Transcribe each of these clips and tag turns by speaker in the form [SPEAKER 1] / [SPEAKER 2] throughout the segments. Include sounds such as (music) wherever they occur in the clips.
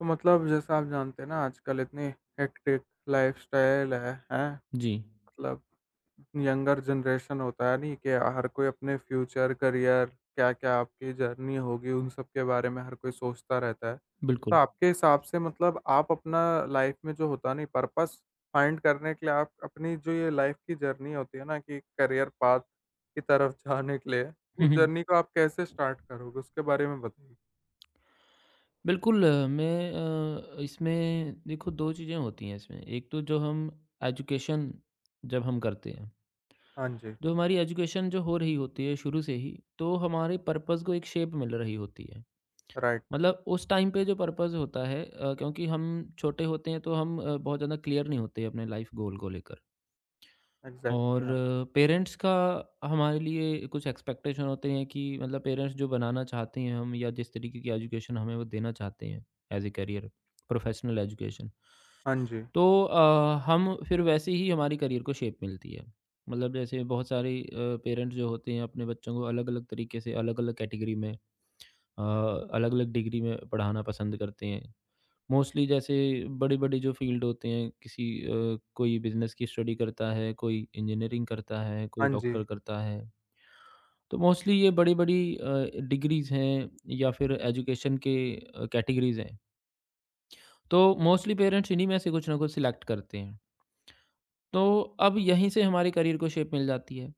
[SPEAKER 1] तो मतलब जैसा आप जानते हैं ना आजकल इतनी हेक्टिक लाइफस्टाइल है, हैं?
[SPEAKER 2] जी,
[SPEAKER 1] मतलब यंगर जनरेशन होता है नहीं कि हर कोई अपने फ्यूचर, करियर क्या-क्या आपकी जर्नी होगी उन सब के बारे में हर कोई सोचता रहता है। तो
[SPEAKER 2] बिल्कुल।
[SPEAKER 1] आपके हिसाब से मतलब आप अपना लाइफ में जो होता नहीं पर्पस फाइंड करने के लिए आप अपनी जो ये लाइफ की जर्नी होती है ना कि करियर पाथ की तरफ (laughs) जाने के लिए,
[SPEAKER 2] हुँ,
[SPEAKER 1] उस
[SPEAKER 2] हुँ।
[SPEAKER 1] जर्नी को आप कैसे स्टार्ट करोगे? उसके बारे में बताइए।
[SPEAKER 2] बिल्कुल, मैं इसमें देखो 2 चीज़ें होती हैं इसमें। एक तो जो हम एजुकेशन जब हम करते हैं,
[SPEAKER 1] हाँ जी।
[SPEAKER 2] जो हमारी एजुकेशन जो हो रही होती है शुरू से ही, तो हमारे पर्पस को एक शेप मिल रही होती है।
[SPEAKER 1] राइट।
[SPEAKER 2] मतलब उस टाइम पे जो पर्पस होता है क्योंकि हम छोटे होते हैं तो हम बहुत ज़्यादा क्लियर नहीं होते अपने लाइफ़ गोल को लेकर। और
[SPEAKER 1] एग्ज़ैक्टली हाँ।
[SPEAKER 2] पेरेंट्स का हमारे लिए कुछ एक्सपेक्टेशन होते हैं कि मतलब पेरेंट्स जो बनाना चाहते हैं हम या जिस तरीके की एजुकेशन हमें वो देना चाहते हैं as a career professional education.
[SPEAKER 1] हाँ जी।
[SPEAKER 2] तो हम फिर वैसे ही हमारी करियर को शेप मिलती है। मतलब जैसे बहुत सारे पेरेंट्स जो होते हैं अपने बच्चों को अलग अलग तरीके से अलग अलग कैटेगरी में अलग अलग डिग्री में पढ़ाना पसंद करते हैं। मोस्टली जैसे बड़े-बड़े जो फ़ील्ड होते हैं किसी कोई बिज़नेस की स्टडी करता है, कोई इंजीनियरिंग करता है, कोई
[SPEAKER 1] हाँ जी,
[SPEAKER 2] डॉक्टर करता है। तो मोस्टली ये बड़ी-बड़ी डिग्रीज़ हैं या फिर एजुकेशन के कैटेगरीज़ हैं। तो मोस्टली पेरेंट्स इन्हीं में से कुछ ना कुछ सिलेक्ट करते हैं। तो अब यहीं से हमारे करियर को शेप मिल जाती है।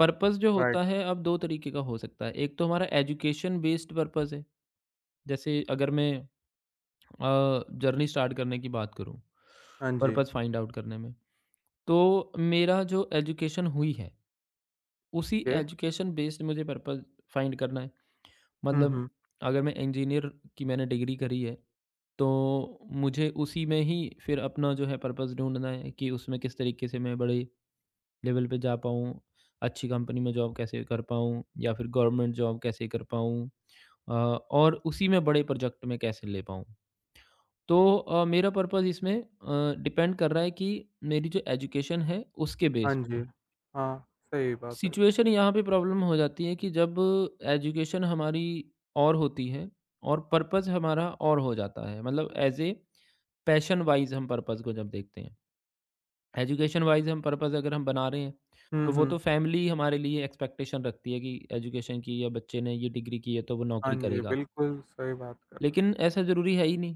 [SPEAKER 2] पर्पस जो
[SPEAKER 1] राइट।
[SPEAKER 2] होता है अब 2 तरीके का हो सकता है। एक तो हमारा एजुकेशन बेस्ड पर्पस है। जैसे अगर मैं जर्नी स्टार्ट करने की बात करूँ,
[SPEAKER 1] हाँ जी।
[SPEAKER 2] पर्पस फाइंड आउट करने में। तो मेरा जो एजुकेशन हुई है, उसी
[SPEAKER 1] के
[SPEAKER 2] एजुकेशन बेस्ड मुझे पर्पज़ फाइंड करना है।
[SPEAKER 1] हुँ,
[SPEAKER 2] मतलब
[SPEAKER 1] हुँ।
[SPEAKER 2] अगर मैं इंजीनियर की मैंने डिग्री करी है, तो मुझे उसी में ही फिर अपना जो है पर्पज़ ढूँढना है कि उसमें किस तरीके से मैं बड़े लेवल पे जा पाऊँ, अच्छी कंपनी में जॉब कैसे कर पाऊँ या फिर गवर्नमेंट जॉब कैसे कर पाऊँ और उसी में बड़े प्रोजेक्ट में कैसे ले पाऊँ। तो मेरा पर्पज़ इसमें डिपेंड कर रहा है कि मेरी जो एजुकेशन है, उसके
[SPEAKER 1] हाँ
[SPEAKER 2] बेस्ड
[SPEAKER 1] जी।
[SPEAKER 2] पे।
[SPEAKER 1] हाँ, सही बात है एकदम।
[SPEAKER 2] सिचुएशन यहाँ पे प्रॉब्लम हो जाती है कि जब एजुकेशन हमारी और होती है और पर्पस हमारा और हो जाता है। मतलब एज ए पैशन वाइज हम पर्पस को जब देखते हैं, एजुकेशन वाइज हम पर्पस अगर हम बना रहे हैं,
[SPEAKER 1] हुँ,
[SPEAKER 2] तो वो तो
[SPEAKER 1] हुँ।
[SPEAKER 2] फैमिली हमारे लिए एक्सपेक्टेशन रखती है कि एजुकेशन की या बच्चे ने ये डिग्री की है तो वो
[SPEAKER 1] हाँ
[SPEAKER 2] नौकरी
[SPEAKER 1] जी,
[SPEAKER 2] करेगा।
[SPEAKER 1] बिल्कुल सही बात कर रहे हो।
[SPEAKER 2] लेकिन ऐसा ज़रूरी है ही नहीं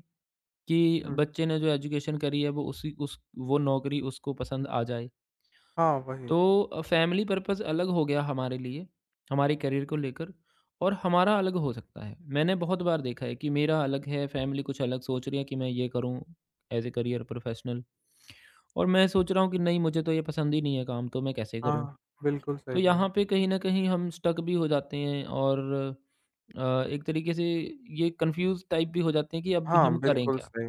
[SPEAKER 2] कि
[SPEAKER 1] हुँ।
[SPEAKER 2] बच्चे ने जो एजुकेशन करी है वो उसी उस वो नौकरी उसको पसंद आ जाए।
[SPEAKER 1] हाँ, वही।
[SPEAKER 2] तो फैमिली पर्पस अलग हो गया हमारे लिए, हमारे करियर को लेकर, और हमारा अलग हो सकता है। मैंने बहुत बार देखा है कि मेरा अलग है, फैमिली कुछ अलग सोच रही है कि मैं ये करूँ एज़ ए करियर प्रोफेशनल, और मैं सोच रहा हूँ कि नहीं मुझे तो ये पसंद ही नहीं है काम, तो मैं कैसे करूँ?
[SPEAKER 1] हाँ, बिल्कुल सही
[SPEAKER 2] तो
[SPEAKER 1] बोला।
[SPEAKER 2] यहाँ पे कहीं न कहीं हम स्टक भी हो जाते हैं और एक तरीके से ये कन्फ्यूज़ टाइप भी हो जाते हैं कि अब हम
[SPEAKER 1] हाँ,
[SPEAKER 2] करें
[SPEAKER 1] बिल्कुल
[SPEAKER 2] क्या?
[SPEAKER 1] सही।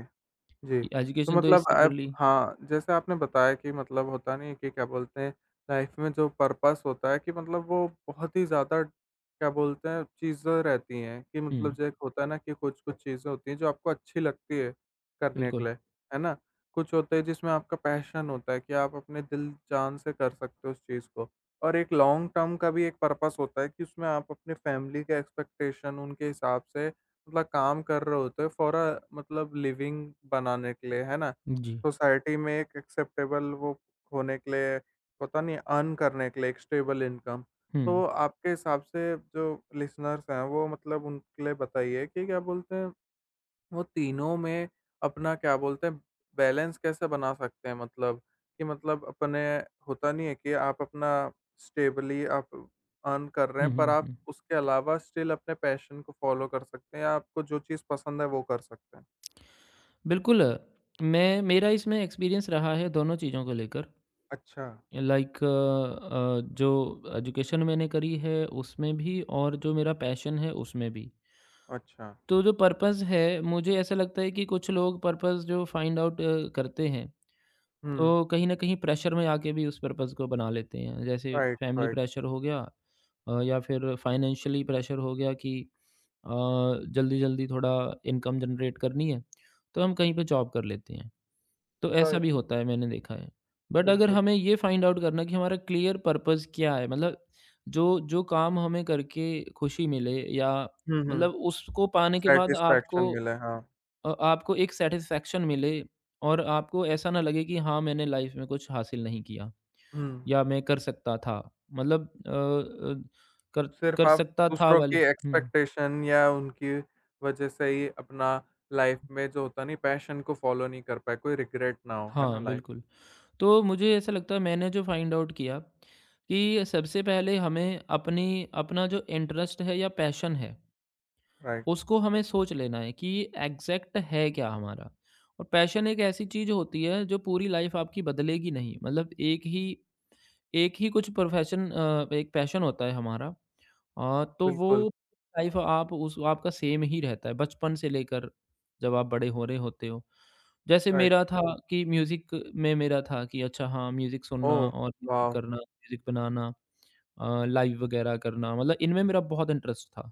[SPEAKER 1] जी, तो
[SPEAKER 2] एजुकेशन तो
[SPEAKER 1] मतलब
[SPEAKER 2] इससे कर
[SPEAKER 1] आप
[SPEAKER 2] ली।
[SPEAKER 1] हाँ, जैसे आपने बताया कि मतलब होता नहीं है कि क्या बोलते हैं, लाइफ़ में जो पर्पस होता है कि मतलब वो बहुत ही ज़्यादा क्या बोलते हैं चीज़ें रहती हैं कि मतलब
[SPEAKER 2] हुँ,
[SPEAKER 1] जो एक होता है ना कि कुछ-कुछ चीज़ें होती हैं जो आपको अच्छी लगती है करने के
[SPEAKER 2] बिल्कुल।
[SPEAKER 1] लिए, है ना? कुछ होते हैं जिसमें आपका पैशन होता है कि आप अपने दिल जान से कर सकते हो उस चीज़ को और एक लॉन्ग टर्म का भी एक पर्पस होता है कि उसमें आप अपनी फैमिली के एक्सपेक्टेशन उनके हिसाब से मतलब काम कर रहे होते हैं फॉर अ मतलब लिविंग बनाने के लिए, है ना?
[SPEAKER 2] जी।
[SPEAKER 1] सोसाइटी में एक एक्सेप्टेबल वो होने के लिए, होता नहीं अर्न करने के लिए एक स्टेबल इनकम।
[SPEAKER 2] हुँ।
[SPEAKER 1] तो आपके हिसाब से जो लिसनर्स हैं, वो मतलब उनके लिए बताइए कि क्या बोलते हैं वो तीनों में अपना क्या बोलते हैं बैलेंस कैसे बना सकते हैं मतलब कि मतलब अपने होता नहीं है कि आप अपना स्टेबली आप अर्न कर रहे
[SPEAKER 2] हुँ,
[SPEAKER 1] हैं पर
[SPEAKER 2] हुँ,
[SPEAKER 1] आप
[SPEAKER 2] हुँ।
[SPEAKER 1] उसके अलावा स्टिल अपने पैशन को फॉलो कर सकते हैं या आपको जो चीज़ पसंद है वो कर सकते हैं।
[SPEAKER 2] बिल्कुल, मैं मेरा इसमें एक्सपीरियंस रहा है दोनों चीज़ों को लेकर।
[SPEAKER 1] अच्छा।
[SPEAKER 2] लाइक जो एजुकेशन मैंने करी है उसमें भी, और जो मेरा पैशन है उसमें भी।
[SPEAKER 1] अच्छा।
[SPEAKER 2] तो जो पर्पज़ है मुझे ऐसा लगता है कि कुछ लोग पर्पज़ जो फाइंड आउट करते हैं,
[SPEAKER 1] हुँ।
[SPEAKER 2] तो कहीं न कहीं प्रेशर में आके भी उस पर्पज़ को बना लेते हैं। जैसे
[SPEAKER 1] राइट,
[SPEAKER 2] फैमिली
[SPEAKER 1] राइट,
[SPEAKER 2] प्रेशर हो गया, या फिर फाइनेंशियली प्रेशर हो गया कि अ, जल्दी-जल्दी थोड़ा इनकम जनरेट करनी है, तो हम कहीं पे जॉब कर लेते हैं। तो ऐसा
[SPEAKER 1] राइट,
[SPEAKER 2] भी होता है, मैंने देखा है। बट अगर
[SPEAKER 1] बिल्कुल।
[SPEAKER 2] हमें ये फाइंड आउट करना कि हमारा क्लियर पर्पस क्या है? मतलब जो जो काम हमें करके खुशी मिले, या
[SPEAKER 1] हुँ, हुँ।
[SPEAKER 2] मतलब उसको पाने के बाद आपको
[SPEAKER 1] सैटिस्फैक्शन मिले, हाँ।
[SPEAKER 2] आपको एक सैटिस्फैक्शन मिले, और आपको ऐसा ना लगे कि हाँ, मैंने लाइफ में कुछ हासिल नहीं किया
[SPEAKER 1] हुँ।
[SPEAKER 2] या मैं कर सकता था। मतलब कर
[SPEAKER 1] सिर्फ
[SPEAKER 2] कर
[SPEAKER 1] आप
[SPEAKER 2] सकता था
[SPEAKER 1] दूसरों की
[SPEAKER 2] वाली, हुँ।
[SPEAKER 1] एक्सपेक्टेशन या उनकी वजह से ही अपना लाइफ में जो होता नहीं पैशन को फॉलो नहीं कर पाए, कोई रिग्रेट ना हो, है ना
[SPEAKER 2] हाँ,
[SPEAKER 1] लाइफ
[SPEAKER 2] बिल्कुल। तो मुझे ऐसा लगता है मैंने जो फाइंड आउट किया कि सबसे पहले हमें अपनी अपना जो इंटरेस्ट है या पैशन है
[SPEAKER 1] राइट,
[SPEAKER 2] उसको हमें सोच लेना है कि एग्जैक्ट है क्या हमारा। और पैशन एक ऐसी चीज़ होती है जो पूरी लाइफ आपकी बदलेगी नहीं। मतलब एक ही कुछ प्रोफ़ेशन, एक पैशन होता है हमारा। तो वो
[SPEAKER 1] बिल्कुल,
[SPEAKER 2] लाइफ़ आप उस आपका सेम ही रहता है बचपन से लेकर जब आप बड़े हो रहे होते हो। जैसे
[SPEAKER 1] राइट।
[SPEAKER 2] मेरा था कि म्यूज़िक में, मेरा था कि अच्छा हाँ, म्यूज़िक सुनना
[SPEAKER 1] ओह!
[SPEAKER 2] और ये सब
[SPEAKER 1] वॉव!
[SPEAKER 2] करना, म्यूज़िक बनाना, लाइव वग़ैरह करना, मतलब इनमें मेरा बहुत इंटरेस्ट था।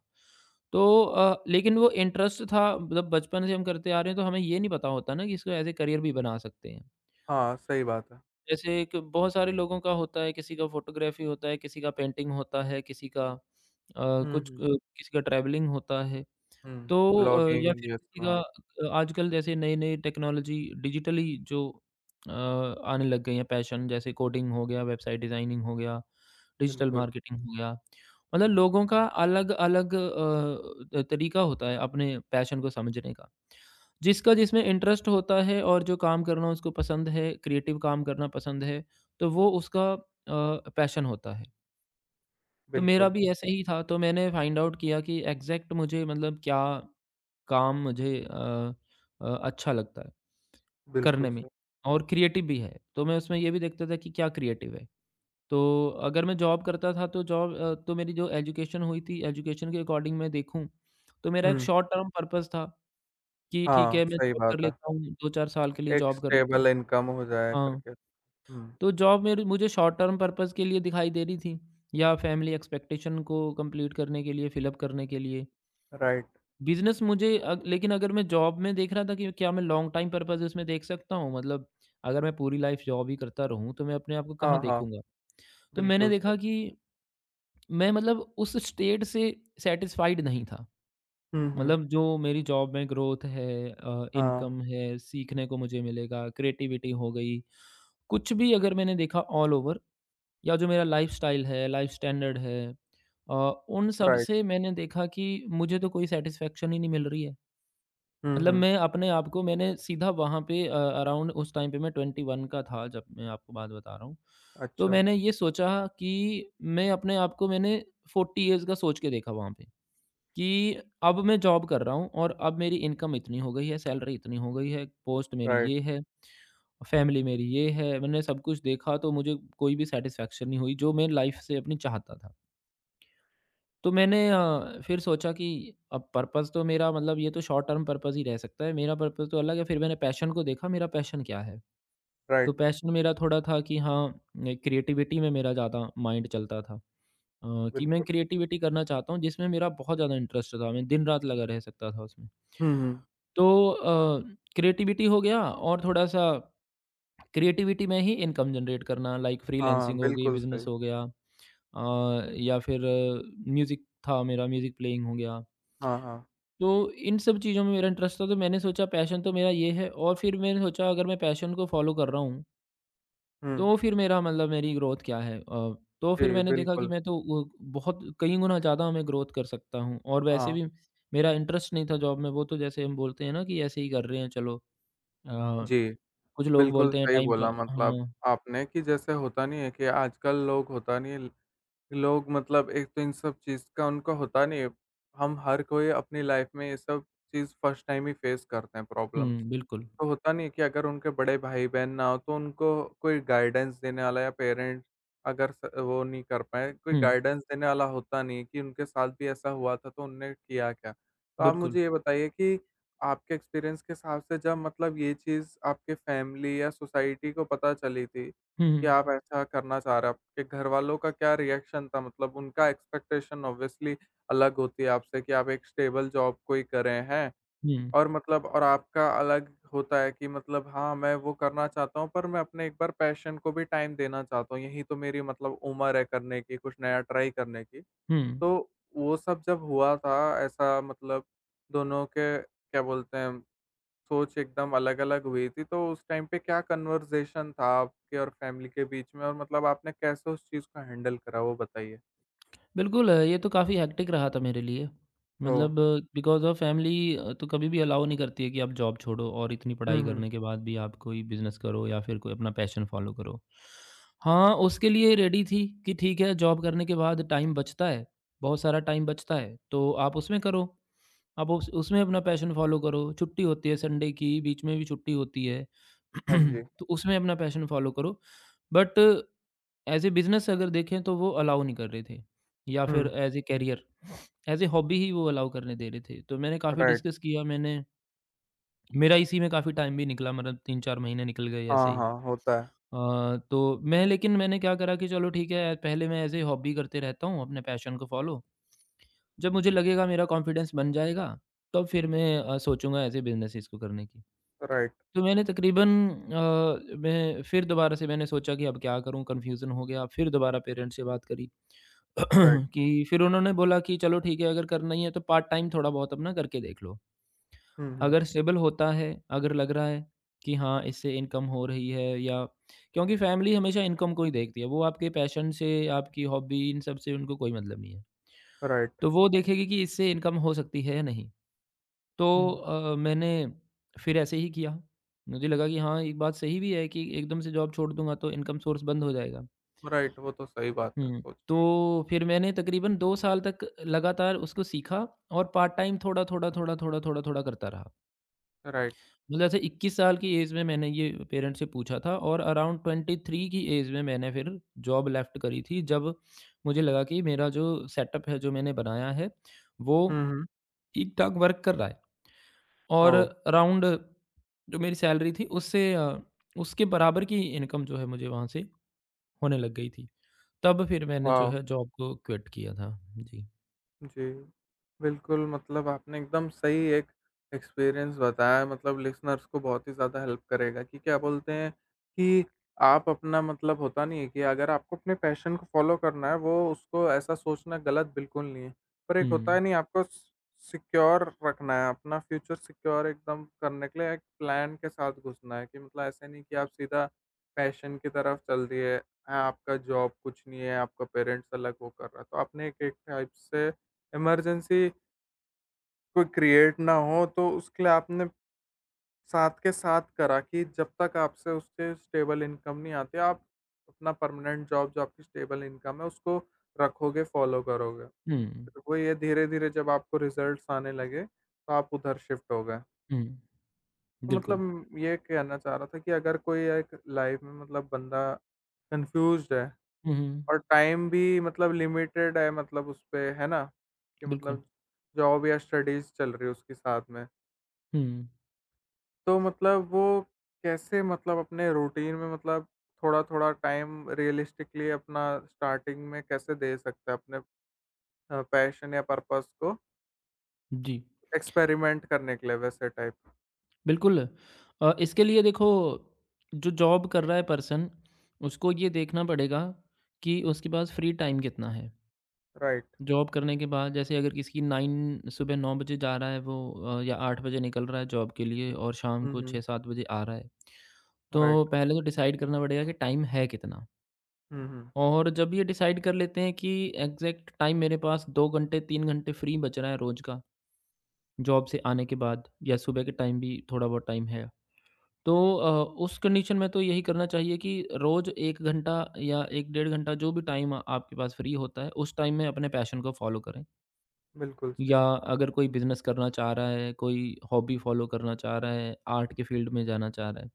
[SPEAKER 2] तो लेकिन वो इंटरेस्ट था मतलब बचपन से हम करते आ रहे हैं तो हमें ये नहीं पता होता ना कि इसको एज़ ए करियर भी बना सकते हैं।
[SPEAKER 1] हाँ, सही बात है।
[SPEAKER 2] जैसे एक बहुत सारे लोगों का होता है, किसी का फ़ोटोग्राफ़ी होता है, किसी का पेंटिंग होता है, किसी का अ,
[SPEAKER 1] हुँ,
[SPEAKER 2] कुछ
[SPEAKER 1] हुँ,
[SPEAKER 2] अ, किसी का ट्रैवलिंग होता है।
[SPEAKER 1] हुँ,
[SPEAKER 2] तो या
[SPEAKER 1] ब्लॉगिंग
[SPEAKER 2] फिर
[SPEAKER 1] ये
[SPEAKER 2] किसी
[SPEAKER 1] सब हाँ,
[SPEAKER 2] का आजकल जैसे नई-नई टेक्नोलॉजी डिजिटली जो आने लग गई है पैशन, जैसे कोडिंग हो गया, वेबसाइट डिज़ाइनिंग हो गया, डिजिटल
[SPEAKER 1] बिल्कुल।
[SPEAKER 2] मार्केटिंग हो गया। मतलब लोगों का अलग-अलग तरीका होता है अपने पैशन को समझने का। जिसका जिसमें इंटरेस्ट होता है और जो काम करना उसको पसंद है, क्रिएटिव काम करना पसंद है, तो वो उसका पैशन होता है। तो मेरा
[SPEAKER 1] बिल्कुल,
[SPEAKER 2] भी ऐसा ही था, तो मैंने फाइंड आउट किया कि एग्ज़ैक्ट मुझे मतलब क्या काम मुझे अच्छा लगता है
[SPEAKER 1] बिल्कुल
[SPEAKER 2] करने में
[SPEAKER 1] सही।
[SPEAKER 2] और क्रिएटिव भी है। तो मैं उसमें ये भी देखता था कि क्या क्रिएटिव है। तो अगर मैं जॉब करता था तो जॉब तो मेरी जो एजुकेशन हुई थी, एजुकेशन के अकॉर्डिंग मैं देखूँ, तो मेरा एक
[SPEAKER 1] हुँ।
[SPEAKER 2] शॉर्ट टर्म पर्पज़ था कि ठीक
[SPEAKER 1] हाँ,
[SPEAKER 2] है मैं
[SPEAKER 1] सही
[SPEAKER 2] जॉब कर
[SPEAKER 1] बात है।
[SPEAKER 2] लेता हूँ, 2-4 साल के लिए
[SPEAKER 1] एक
[SPEAKER 2] जॉब कर लेता हूँ।
[SPEAKER 1] स्टेबल इनकम हो जाया
[SPEAKER 2] हाँ,
[SPEAKER 1] करके। हुँ।
[SPEAKER 2] तो जॉब मेरी मुझे शॉर्ट टर्म पर्पज़ के लिए दिखाई दे रही थी, या फैमिली एक्सपेक्टेशन को कंप्लीट करने के लिए, फिलअप करने के लिए।
[SPEAKER 1] राइट।
[SPEAKER 2] बिज़नेस मुझे लेकिन अगर मैं जॉब में देख रहा था कि क्या मैं लॉन्ग टाइम पर्पज़ इसमें देख सकता हूँ? मतलब अगर मैं पूरी लाइफ़ जॉब ही करता रहूँ, तो मैं अपने आप को कहाँ
[SPEAKER 1] हाँ, हाँ,
[SPEAKER 2] देखूँगा? तो मैंने
[SPEAKER 1] बिल्कुल सही।
[SPEAKER 2] देखा कि मैं मतलब उस स्टेट से सैटिस्फाइड नहीं था।
[SPEAKER 1] हुँ, हुँ,
[SPEAKER 2] मतलब जो मेरी जॉब में ग्रोथ है,
[SPEAKER 1] हाँ,
[SPEAKER 2] इनकम है, सीखने को मुझे मिलेगा, क्रिएटिविटी हो गई, कुछ भी अगर मैंने देखा ऑल ओवर, या जो मेरा लाइफ़स्टाइल है, लाइफ़ स्टैंडर्ड है, अ, उन सब
[SPEAKER 1] राइट।
[SPEAKER 2] से मैंने देखा कि मुझे तो कोई सैटिस्फैक्शन ही नहीं मिल रही है।
[SPEAKER 1] हुँ,
[SPEAKER 2] मतलब
[SPEAKER 1] हुँ,
[SPEAKER 2] मैं अपने आप को मैंने सीधा वहाँ पे अराउंड उस टाइम पे मैं 21 का था जब मैं आपको बात बता रहा हूँ। तो
[SPEAKER 1] अच्छा,
[SPEAKER 2] मैंने ये सोचा कि मैं अपने आप को मैंने 40 ईयर्स का सोच के देखा वहाँ पे। कि अब मैं जॉब कर रहा हूँ और अब मेरी इनकम इतनी हो गई है, सैलरी इतनी हो गई है, पोस्ट मेरी
[SPEAKER 1] राइट,
[SPEAKER 2] ये है, फैमिली मेरी ये है। मैंने सब कुछ देखा तो मुझे कोई भी सैटिस्फैक्शन नहीं हुई जो मैं लाइफ से अपनी चाहता था। तो मैंने फिर सोचा कि अब पर्पस तो मेरा मतलब ये तो शॉर्ट टर्म पर्पस ही रह सकता है, मेरा पर्पस तो अलग है। फिर मैंने पैशन को देखा, मेरा पैशन क्या है? तो
[SPEAKER 1] राइट।
[SPEAKER 2] पैशन मेरा थोड़ा था कि हाँ, क्रिएटिविटी में मेरा ज़्यादा माइंड चलता था। कि मैं
[SPEAKER 1] बिल्कुल।
[SPEAKER 2] क्रिएटिविटी करना चाहता हूँ जिसमें मेरा बहुत ज़्यादा इंटरेस्ट था। मैं दिन रात लगा रह सकता था उसमें।
[SPEAKER 1] हुँ, हुँ।
[SPEAKER 2] तो क्रिएटिविटी हो गया, और थोड़ा-सा क्रिएटिविटी में ही इनकम जनरेट करना, लाइक
[SPEAKER 1] हाँ,
[SPEAKER 2] फ्रीलांसिंग हो गई,
[SPEAKER 1] बिल्कुल
[SPEAKER 2] बिज़नेस
[SPEAKER 1] सही।
[SPEAKER 2] हो गया, या फिर म्यूज़िक था मेरा, म्यूज़िक प्लेइंग हो गया।
[SPEAKER 1] हाँ, हाँ।
[SPEAKER 2] तो इन सब चीज़ों में मेरा इंटरेस्ट था, तो मैंने सोचा पैशन तो मेरा ये है। और फिर मैंने सोचा अगर मैं पैशन को फ़ॉलो कर रहा हूँ
[SPEAKER 1] हुँ।
[SPEAKER 2] तो फिर मेरा मतलब मेरी ग्रोथ क्या है? तो फिर
[SPEAKER 1] जी,
[SPEAKER 2] मैंने देखा कि
[SPEAKER 1] बिल्कुल।
[SPEAKER 2] मैं तो वो बहुत कई गुना ज़्यादा मैं ग्रोथ कर सकता हूँ, और वैसे
[SPEAKER 1] हाँ,
[SPEAKER 2] भी मेरा इंटरेस्ट नहीं था जॉब में। वो तो जैसे हम बोलते हैं ना कि ऐसे ही कर रहे हैं चलो, अ,
[SPEAKER 1] जी।
[SPEAKER 2] कुछ लोग
[SPEAKER 1] बिल्कुल
[SPEAKER 2] बोलते हैं
[SPEAKER 1] सही
[SPEAKER 2] टाइम पा,
[SPEAKER 1] बोला मतलब
[SPEAKER 2] हाँ।
[SPEAKER 1] आपने कि जैसे होता नहीं है कि आजकल लोग होता नहीं है लोग मतलब एक तो इन सब चीज़ का उनको होता नहीं है। हम हर कोई अपनी लाइफ़ में ये सब चीज़ फर्स्ट टाइम ही फेस करते हैं प्रॉब्लम्स।
[SPEAKER 2] हुँ, बिल्कुल।
[SPEAKER 1] तो होता नहीं है कि अगर उनके बड़े भाई-बहन ना हो, तो उनको कोई गाइडेंस देने वाला या पेरेंट्स अगर स वो नहीं कर पाए, कोई
[SPEAKER 2] हुँ,
[SPEAKER 1] गाइडेंस देने वाला होता नहीं है कि उनके साथ भी ऐसा हुआ था, तो उनने किया क्या? तो आप
[SPEAKER 2] बिल्कुल।
[SPEAKER 1] मुझे ये बताइए कि आपके एक्सपीरियंस के हिसाब से जब मतलब ये चीज़ आपके फैमिली या सोसाइटी को पता चली थी
[SPEAKER 2] हुँ,
[SPEAKER 1] कि
[SPEAKER 2] हुँ,
[SPEAKER 1] आप ऐसा करना चाह रहे हो, आपके घरवालों का क्या रिएक्शन था? मतलब उनका एक्सपेक्टेशन ऑब्वियसली अलग होती है आपसे कि आप एक स्टेबल जॉब कोई करें, हैं?
[SPEAKER 2] हुँ,
[SPEAKER 1] और मतलब और आपका अलग होता है कि मतलब हाँ, मैं वो करना चाहता हूँ, पर मैं अपने एक बार पैशन को भी टाइम देना चाहता हूँ। यही तो मेरी मतलब उम्र है करने की, कुछ नया ट्राई करने की।
[SPEAKER 2] हुँ।
[SPEAKER 1] तो वो सब जब हुआ था ऐसा मतलब दोनों के क्या बोलते हैं, सोच एकदम अलग-अलग हुई थी। तो उस टाइम पे क्या कन्वर्सेशन था आपके और फैमिली के बीच में और मतलब आपने कैसे उस चीज़ को हैंडल करा वो बताइए?
[SPEAKER 2] बिल्कुल, ये तो काफ़ी हेक्टिक रहा था मेरे लिए।
[SPEAKER 1] ओह!
[SPEAKER 2] मतलब बिकॉज़ ऑफ फैमिली, तो कभी भी अलाउ नहीं करती है कि आप जॉब छोड़ो और इतनी
[SPEAKER 1] हुँ,
[SPEAKER 2] पढ़ाई
[SPEAKER 1] हुँ।
[SPEAKER 2] करने के बाद भी आप कोई बिज़नेस करो या फिर कोई अपना पैशन फ़ॉलो करो। हाँ, उसके लिए रेडी थी कि ठीक है जॉब करने के बाद टाइम बचता है, बहुत सारा टाइम बचता है, तो आप उसमें करो। आप उस उसमें अपना पैशन फ़ॉलो करो, छुट्टी होती है संडे की, बीच में भी छुट्टी होती है,
[SPEAKER 1] हाँ जी।
[SPEAKER 2] (clears throat) तो उसमें अपना पैशन फ़ॉलो करो। बट एज़ ए बिज़नेस अगर देखें तो वो अलाउ नहीं कर रहे थे या फिर
[SPEAKER 1] हुँ,
[SPEAKER 2] as a career as a hobby ही वो अलाउ करने दे रहे थे। तो मैंने काफ़ी
[SPEAKER 1] राइट।
[SPEAKER 2] डिस्कस किया मैंने मेरा इसी में काफ़ी टाइम भी निकला मतलब 3-4 महीने निकल गए
[SPEAKER 1] हाँ,
[SPEAKER 2] ऐसे ही।
[SPEAKER 1] हाँ, होता है।
[SPEAKER 2] तो मैं लेकिन मैंने क्या करा कि चलो ठीक है पहले मैं एज़ ए हॉबी करते रहता हूँ अपने पैशन को फ़ॉलो। जब मुझे लगेगा मेरा कॉन्फिडेंस बन जाएगा तब फिर मैं सोचूँगा एज़ ए बिज़नेस इसको करने की।
[SPEAKER 1] राइट,
[SPEAKER 2] तो मैंने तकरीबन मैं फिर दोबारा से मैंने सोचा कि अब क्या करूँ कन्फ्यूज़न हो गया फिर दोबारा पेरेंट्स से बात करी। (clears throat)
[SPEAKER 1] राइट।
[SPEAKER 2] कि फिर उन्होंने बोला कि चलो ठीक है अगर करना ही है तो पार्ट टाइम थोड़ा बहुत अपना करके देख लो।
[SPEAKER 1] हुँ, हुँ।
[SPEAKER 2] अगर स्टेबल होता है, अगर लग रहा है कि हाँ, इससे इनकम हो रही है या क्योंकि फैमिली हमेशा इनकम को ही देखती है, वो आपके पैशन से, आपकी हॉबी इन सब से उनको कोई मतलब नहीं है।
[SPEAKER 1] राइट।
[SPEAKER 2] तो वो देखेगी कि इससे इनकम हो सकती है या नहीं।
[SPEAKER 1] हुँ।
[SPEAKER 2] तो मैंने फिर ऐसे ही किया। मुझे लगा कि हाँ, एक बात सही भी है कि एकदम से जॉब छोड़ दूँगा तो इनकम सोर्स बंद हो जाएगा।
[SPEAKER 1] राइट, वो तो सही बात है,
[SPEAKER 2] हुँ।
[SPEAKER 1] सोच
[SPEAKER 2] तो फिर मैंने तकरीबन 2 साल तक लगातार उसको सीखा और पार्ट टाइम थोड़ा-थोड़ा, थोड़ा-थोड़ा, थोड़ा-थोड़ा करता रहा।
[SPEAKER 1] राइट,
[SPEAKER 2] मतलब ऐसे 21 साल की ऐज में मैंने ये पेरेंट्स से पूछा था और अराउंड 23 की ऐज में मैंने फिर जॉब लेफ्ट करी थी, जब मुझे लगा कि मेरा जो सेटअप है, जो मैंने बनाया है, वो
[SPEAKER 1] हुँ, हुँ,
[SPEAKER 2] ठीक-ठाक वर्क कर रहा है और
[SPEAKER 1] ओह!
[SPEAKER 2] अराउंड जो मेरी सैलरी थी, उससे उसके बराबर की इनकम जो है मुझे वहाँ से होने लग गई थी। तब फिर मैंने जो
[SPEAKER 1] वाह!
[SPEAKER 2] है जॉब को क्विट किया था। जी।
[SPEAKER 1] जी, बिल्कुल मतलब आपने एकदम सही एक एक्सपीरियंस बताया मतलब लिसनर्स को बहुत ही ज़्यादा हेल्प करेगा कि क्या बोलते हैं कि आप अपना मतलब होता नहीं है कि अगर आपको अपने पैशन को फ़ॉलो करना है, वो उसको ऐसा सोचना गलत बिल्कुल नहीं है। पर एक होता
[SPEAKER 2] हुँ।
[SPEAKER 1] है नहीं आपको स सिक्योर रखना है, अपना फ्यूचर सिक्योर एकदम करने के लिए एक प्लान के साथ घुसना है कि मतलब ऐसे नहीं कि आप सीधा पैशन की तरफ चल दिए, हाँ, आपका जॉब कुछ नहीं है, आपका पेरेंट्स अलग वो कर रहा है। तो आपने एक एक टाइप से इमरजेंसी कोई क्रिएट ना हो, तो उसके लिए आपने साथ के साथ करा कि जब तक आपसे उससे स्टेबल इनकम नहीं आती, आप अपना परमानेंट जॉब जो आपकी स्टेबल इनकम है, उसको रखोगे, फ़ॉलो करोगे।
[SPEAKER 2] हुँ,
[SPEAKER 1] फिर वही है धीरे-धीरे जब आपको रिज़ल्ट्स आने लगे, तो आप उधर शिफ्ट हो गए।
[SPEAKER 2] हुँ,
[SPEAKER 1] तो
[SPEAKER 2] बिल्कुल।
[SPEAKER 1] मतलब ये कहना चाह रहा था कि अगर कोई एक लाइफ़ में मतलब बंदा कन्फ्यूज़्ड है
[SPEAKER 2] हुँ, हुँ,
[SPEAKER 1] और टाइम भी मतलब लिमिटेड है मतलब उस पे, है ना? कि
[SPEAKER 2] बिल्कुल।
[SPEAKER 1] मतलब जॉब या स्टडीज़ चल रही है उसके साथ में।
[SPEAKER 2] हुँ,
[SPEAKER 1] तो मतलब वो कैसे मतलब अपने रूटीन में मतलब थोड़ा-थोड़ा टाइम रियलिस्टिकली अपना स्टार्टिंग में कैसे दे सकते हैं अपने पैशन या पर्पज़ को
[SPEAKER 2] जी,
[SPEAKER 1] एक्सपेरिमेंट करने के लिए वैसे टाइप?
[SPEAKER 2] बिल्कुल। इसके लिए देखो जो जॉब कर रहा है पर्सन, उसको ये देखना पड़ेगा कि उसके पास फ्री टाइम कितना है।
[SPEAKER 1] राइट।
[SPEAKER 2] जॉब करने के बाद जैसे अगर किसी की 9 सुबह 9 बजे जा रहा है वो या 8 बजे निकल रहा है जॉब के लिए और शाम
[SPEAKER 1] हुँ,
[SPEAKER 2] को
[SPEAKER 1] हुँ।
[SPEAKER 2] 6-7 बजे आ रहा है। तो
[SPEAKER 1] राइट।
[SPEAKER 2] पहले तो डिसाइड करना पड़ेगा कि टाइम है कितना?
[SPEAKER 1] हुँ, हुँ।
[SPEAKER 2] और जब ये डिसाइड कर लेते हैं कि एग्जैक्ट टाइम मेरे पास 2 घंटे 3 घंटे फ्री बच रहा है रोज़ का, जॉब से आने के बाद या सुबह के टाइम भी थोड़ा बहुत टाइम है। तो उस कंडीशन में तो यही करना चाहिए कि रोज़ 1 घंटा या 1 डेढ़ घंटा जो भी टाइम आपके पास फ्री होता है, उस टाइम में अपने पैशन को फ़ॉलो करें।
[SPEAKER 1] बिल्कुल सही।
[SPEAKER 2] या अगर कोई बिज़नेस करना चाह रहा है, कोई हॉबी फ़ॉलो करना चाह रहा है, आर्ट के फ़ील्ड में जाना चाह रहा है,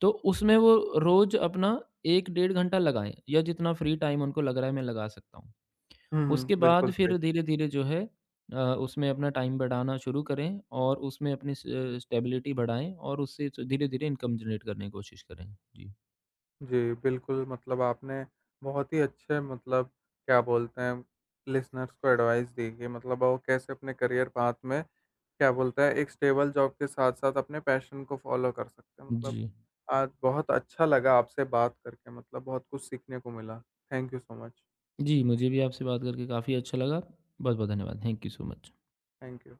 [SPEAKER 2] तो उसमें वो रोज़ अपना 1 डेढ़ घंटा लगाएँ या जितना फ्री टाइम उनको लग रहा है मैं लगा सकता हूँ।
[SPEAKER 1] हुँ, हुँ।
[SPEAKER 2] उसके बाद
[SPEAKER 1] बिल्कुल सही।
[SPEAKER 2] फिर धीरे-धीरे जो है उसमें अपना टाइम बढ़ाना शुरू करें और उसमें अपनी स स्टेबिलिटी बढ़ाएँ और उससे च धीरे-धीरे इनकम जनरेट करने की कोशिश करें। जी।
[SPEAKER 1] जी, बिल्कुल मतलब आपने बहुत ही अच्छे मतलब क्या बोलते हैं लिसनर्स को एडवाइस दी कि मतलब वो कैसे अपने करियर पाथ में क्या बोलते हैं, एक स्टेबल जॉब के साथ-साथ अपने पैशन को फ़ॉलो कर सकते हैं। मतलब
[SPEAKER 2] जी।
[SPEAKER 1] आज बहुत अच्छा लगा आपसे बात करके, मतलब बहुत कुछ सीखने को मिला। Thank you so much.
[SPEAKER 2] जी, मुझे भी आपसे बात करके काफ़ी अच्छा लगा। बहुत-बहुत धन्यवाद। Thank you so much.
[SPEAKER 1] Thank you.